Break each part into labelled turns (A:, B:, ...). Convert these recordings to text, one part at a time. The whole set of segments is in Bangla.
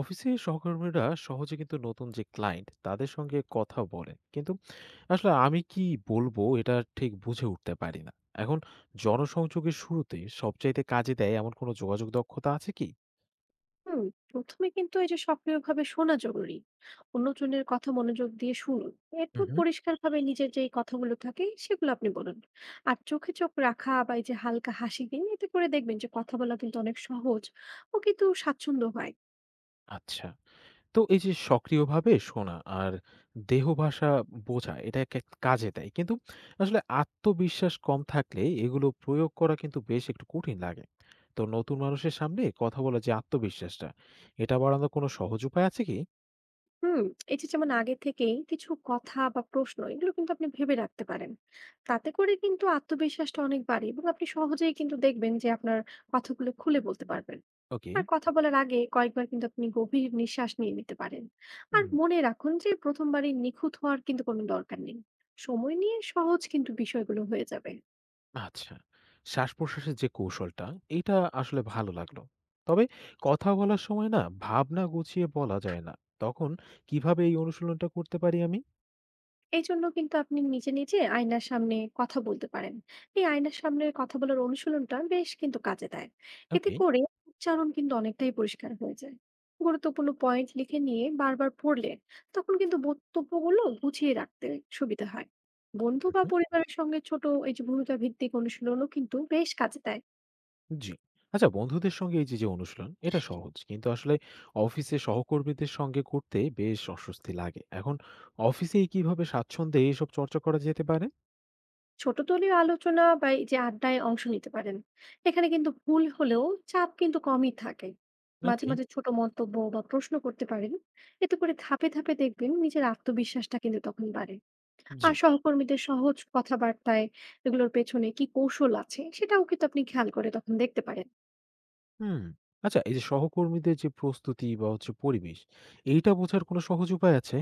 A: অফিসে সহকর্মীরা সহজে কিন্তু নতুন যে ক্লায়েন্ট তাদের সঙ্গে কথা বলে কিন্তু আসলে আমি কি বলবো এটা ঠিক বুঝে উঠতে পারি না। এখন জনসংযোগের শুরুতে সবচাইতে কাজে দেয় এমন কোনো যোগাযোগ দক্ষতা আছে কি?
B: হুম, প্রথমে কিন্তু এই যে সক্রিয়ভাবে শোনা জরুরি। অন্যজনের কথা মনোযোগ দিয়ে শুনুন।
A: হুম,
B: এরপর
A: হুম।
B: পরিষ্কারভাবে নিজের যেই কথাগুলো থাকে সেগুলো আপনি বলুন। আর চোখে চোখ রাখা বা এই যে হালকা হাসি দিন, এতে করে দেখবেন যে কথা বলা কিন্তু অনেক সহজ ও কিন্তু স্বাচ্ছন্দ্য হয়।
A: আচ্ছা, তো এই যে সক্রিয়ভাবে শোনা আর দেহ ভাষা বোঝা এটা কাজে দেয় কিন্তু আসলে আত্মবিশ্বাস কম থাকলে এগুলো প্রয়োগ করা কিন্তু বেশ একটু কঠিন লাগে। তো নতুন মানুষের সামনে কথা বলা যে আত্মবিশ্বাসটা এটা বাড়ানোর কোনো সহজ উপায় আছে কি?
B: হুম, এই যে যেমন আগে থেকেই কিছু কথা বা প্রশ্ন এগুলো কিন্তু আপনি ভেবে রাখতে পারেন। তাতে করে কিন্তু আত্মবিশ্বাসটা অনেক বাড়ে এবং আপনি সহজেই কিন্তু দেখবেন যে আপনার কথাগুলো খুলে বলতে পারবেন।
A: ওকে।
B: আর কথা বলার আগে কয়েকবার কিন্তু আপনি গভীর নিঃশ্বাস নিয়ে নিতে পারেন। আর
A: হুম।
B: মনে রাখুন যে প্রথমবারই নিখুঁত হওয়ার কিন্তু কোনো দরকার নেই, সময় নিয়ে সহজ কিন্তু বিষয়গুলো হয়ে যাবে।
A: আচ্ছা। শ্বাস-প্রশ্বাসের যে কৌশলটা, এইটা আসলে ভালো লাগলো। তবে কথা বলার সময় না ভাবনা গুছিয়ে বলা যায় না। তখন কিভাবে এই অনুশীলনটা করতে পারি আমি?
B: এই জন্য কিন্তু আপনি নিজে নিজে আয়নার সামনে কথা বলতে পারেন। এই আয়নার সামনে কথা বলার অনুশীলনটা বেশ কিন্তু কাজে দেয়, এতে
A: ওকে।
B: করে উচ্চারণ কিন্তু অনেকটাই পরিষ্কার হয়ে যায়। গুরুত্বপূর্ণ পয়েন্ট লিখে নিয়ে বারবার পড়লে তখন কিন্তু বক্তব্যগুলো গুছিয়ে রাখতে সুবিধা হয়। বন্ধু
A: হুম,
B: বা
A: হুম।
B: পরিবারের সঙ্গে ছোট এই যে ভূমিকা ভিত্তিক অনুশীলনও কিন্তু বেশ কাজে দেয়।
A: জি। আচ্ছা, বন্ধুদের সঙ্গে এই যে, যে অনুশীলন, এটা সহজ। কিন্তু আসলে অফিসে সহকর্মীদের সঙ্গে করতে বেশ অস্বস্তি লাগে। এখন অফিসেই কিভাবে স্বাচ্ছন্দ্যে এসব চর্চা করা যেতে পারে?
B: ছোট দলীয় আলোচনা বা এই যে আড্ডায় অংশ নিতে পারেন। এখানে কিন্তু ভুল হলেও চাপ কিন্তু কমই থাকে। মাঝে
A: ওকে।
B: মাঝে ছোট মন্তব্য বা প্রশ্ন করতে পারেন। এতে করে ধাপে ধাপে দেখবেন নিজের আত্মবিশ্বাসটা কিন্তু তখন বাড়ে।
A: জি।
B: আর সহকর্মীদের সহজ কথাবার্তায় এগুলোর পেছনে কি কৌশল আছে সেটাও কিন্তু আপনি খেয়াল করে তখন দেখতে পারেন।
A: হুম। আচ্ছা, এই যে সহকর্মীদের যে প্রস্তুতি বা হচ্ছে পরিবেশ, এইটা বোঝার কোনো সহজ উপায় আছে?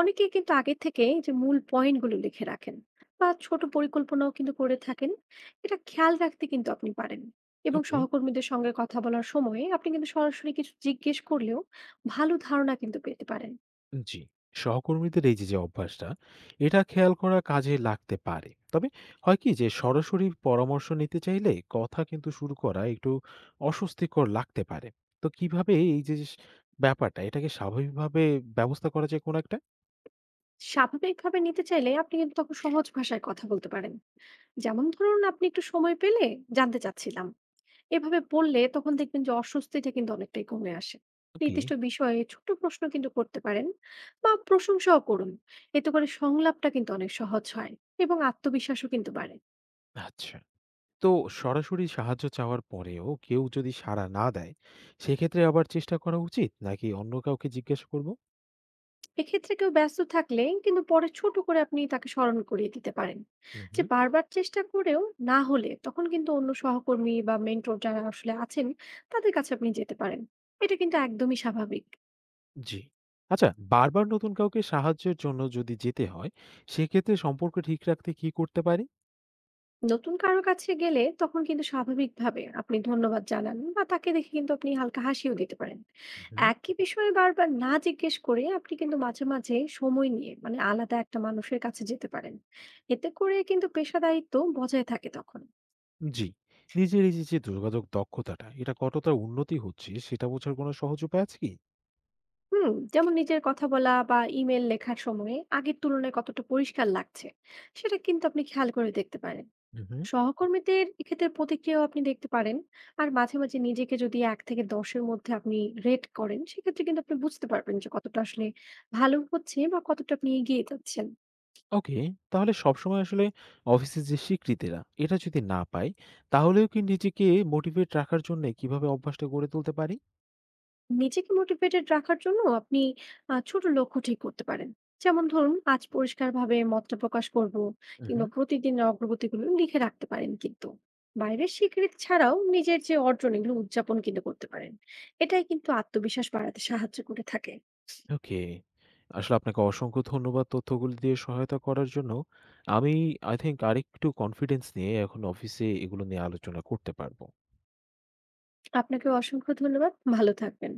B: অনেকেই কিন্তু আগে থেকে এই যে মূল পয়েন্টগুলো লিখে রাখেন বা ছোট পরিকল্পনাও কিন্তু করে থাকেন। এটা খেয়াল রাখতে কিন্তু আপনি পারেন। এবং
A: ওকে।
B: সহকর্মীদের সঙ্গে কথা বলার সময়ে আপনি কিন্তু সরাসরি কিছু জিজ্ঞেস করলেও ভালো ধারণা কিন্তু পেতে পারেন।
A: জি। সহকর্মীদের এই যে, যে অভ্যাসটা, এটা খেয়াল করা কাজে লাগতে পারে। তবে হয় কি যে সরাসরি পরামর্শ নিতে চাইলে কথা কিন্তু শুরু করা একটু অস্বস্তিকর লাগতে পারে। তো কিভাবে এই যে, যে ব্যাপারটা এটাকে স্বাভাবিকভাবে ব্যবস্থা করা যায় কোনো একটা?
B: স্বাভাবিকভাবে নিতে চাইলে আপনি কিন্তু তখন সহজ ভাষায় কথা বলতে পারেন। যেমন ধরুন, আপনি একটু সময় পেলে জানতে চাচ্ছিলাম, এভাবে বললে তখন দেখবেন যে অস্বস্তিটা কিন্তু অনেকটাই কমে আসে।
A: ওকে,
B: নির্দিষ্ট বিষয়ে ছোট প্রশ্ন কিন্তু করতে পারেন বা প্রশংসাও করুন। এতে করে সংলাপটা কিন্তু অনেক সহজ হয় এবং আত্মবিশ্বাসও কিন্তু বাড়ে।
A: আচ্ছা। তো সরাসরি সাহায্য চাওয়ার পরেও কেউ যদি সাড়া না দেয় সেক্ষেত্রে আবার চেষ্টা করা উচিত নাকি অন্য কাউকে জিজ্ঞাসা করব?
B: এক্ষেত্রে কেউ ব্যস্ত থাকলে কিন্তু পরে ছোট করে আপনি তাকে স্মরণ করিয়ে দিতে পারেন।
A: হুম,
B: যে
A: হুম।
B: বারবার চেষ্টা করেও না হলে তখন কিন্তু অন্য সহকর্মী বা মেন্টর যারা আসলে আছেন তাদের কাছে আপনি যেতে পারেন। এটা কিন্তু একদমই স্বাভাবিক।
A: জি। আচ্ছা, বারবার নতুন কাউকে সাহায্যের জন্য যদি যেতে হয় সেক্ষেত্রে সম্পর্ক ঠিক রাখতে কি করতে পারি?
B: নতুন কারো কাছে গেলে তখন কিন্তু স্বাভাবিকভাবে আপনি ধন্যবাদ জানান বা তাকে দেখে কিন্তু আপনি হালকা হাসিও দিতে পারেন।
A: হুম।
B: একই বিষয়ে বারবার না জিজ্ঞেস করে আপনি কিন্তু মাঝে মাঝে সময় নিয়ে মানে আলাদা একটা মানুষের কাছে যেতে পারেন। এতে করে কিন্তু পেশাদারিত্ব বজায় থাকে তখন।
A: জি। নিজের এই যে যে যোগাযোগ দক্ষতাটা এটা কতটা উন্নতি হচ্ছে সেটা বোঝার কোনো সহজ উপায় আছে কি?
B: হুম, যেমন নিজের কথা বলা বা ইমেল লেখার সময়ে আগের তুলনায় কতটা পরিষ্কার লাগছে সেটা কিন্তু আপনি খেয়াল করে দেখতে পারেন।
A: হুম, হুম।
B: সহকর্মীদের এক্ষেত্রে প্রতিক্রিয়াও আপনি দেখতে পারেন। আর মাঝে মাঝে নিজেকে যদি 1 থেকে 10-এর মধ্যে আপনি রেট করেন, সেক্ষেত্রে কিন্তু আপনি বুঝতে পারবেন যে কতটা আসলে ভালো হচ্ছে বা কতটা আপনি এগিয়ে যাচ্ছেন।
A: ওকে, তাহলে সবসময় আসলে অফিসের যে স্বীকৃতিরা এটা যদি না পাই তাহলেও কি নিজেকে মোটিভেট রাখার জন্য কিভাবে অভ্যাসটা গড়ে তুলতে পারি?
B: নিজেকে মোটিভেটেড রাখার জন্য আপনি ছোট লক্ষ্য ঠিক করতে পারেন। যেমন ধরুন, আজ পরিষ্কারভাবে মতটা প্রকাশ করব,
A: হুম, হুম।
B: কিংবা প্রতিদিনের অগ্রগতিগুলো লিখে রাখতে পারেন কিন্তু। বাইরের স্বীকৃতি ছাড়াও নিজের যে অর্জন এগুলো উদযাপন কিন্তু করতে পারেন। এটাই কিন্তু আত্মবিশ্বাস বাড়াতে সাহায্য করে থাকে।
A: ওকে। আসলে আপনাকে অসংখ্য ধন্যবাদ তথ্যগুলো দিয়ে সহায়তা করার জন্য। আমি I think আরেকটু কনফিডেন্স নিয়ে এখন অফিসে এগুলো নিয়ে আলোচনা করতে পারব।
B: আপনাকেও অসংখ্য ধন্যবাদ। ভালো থাকবেন।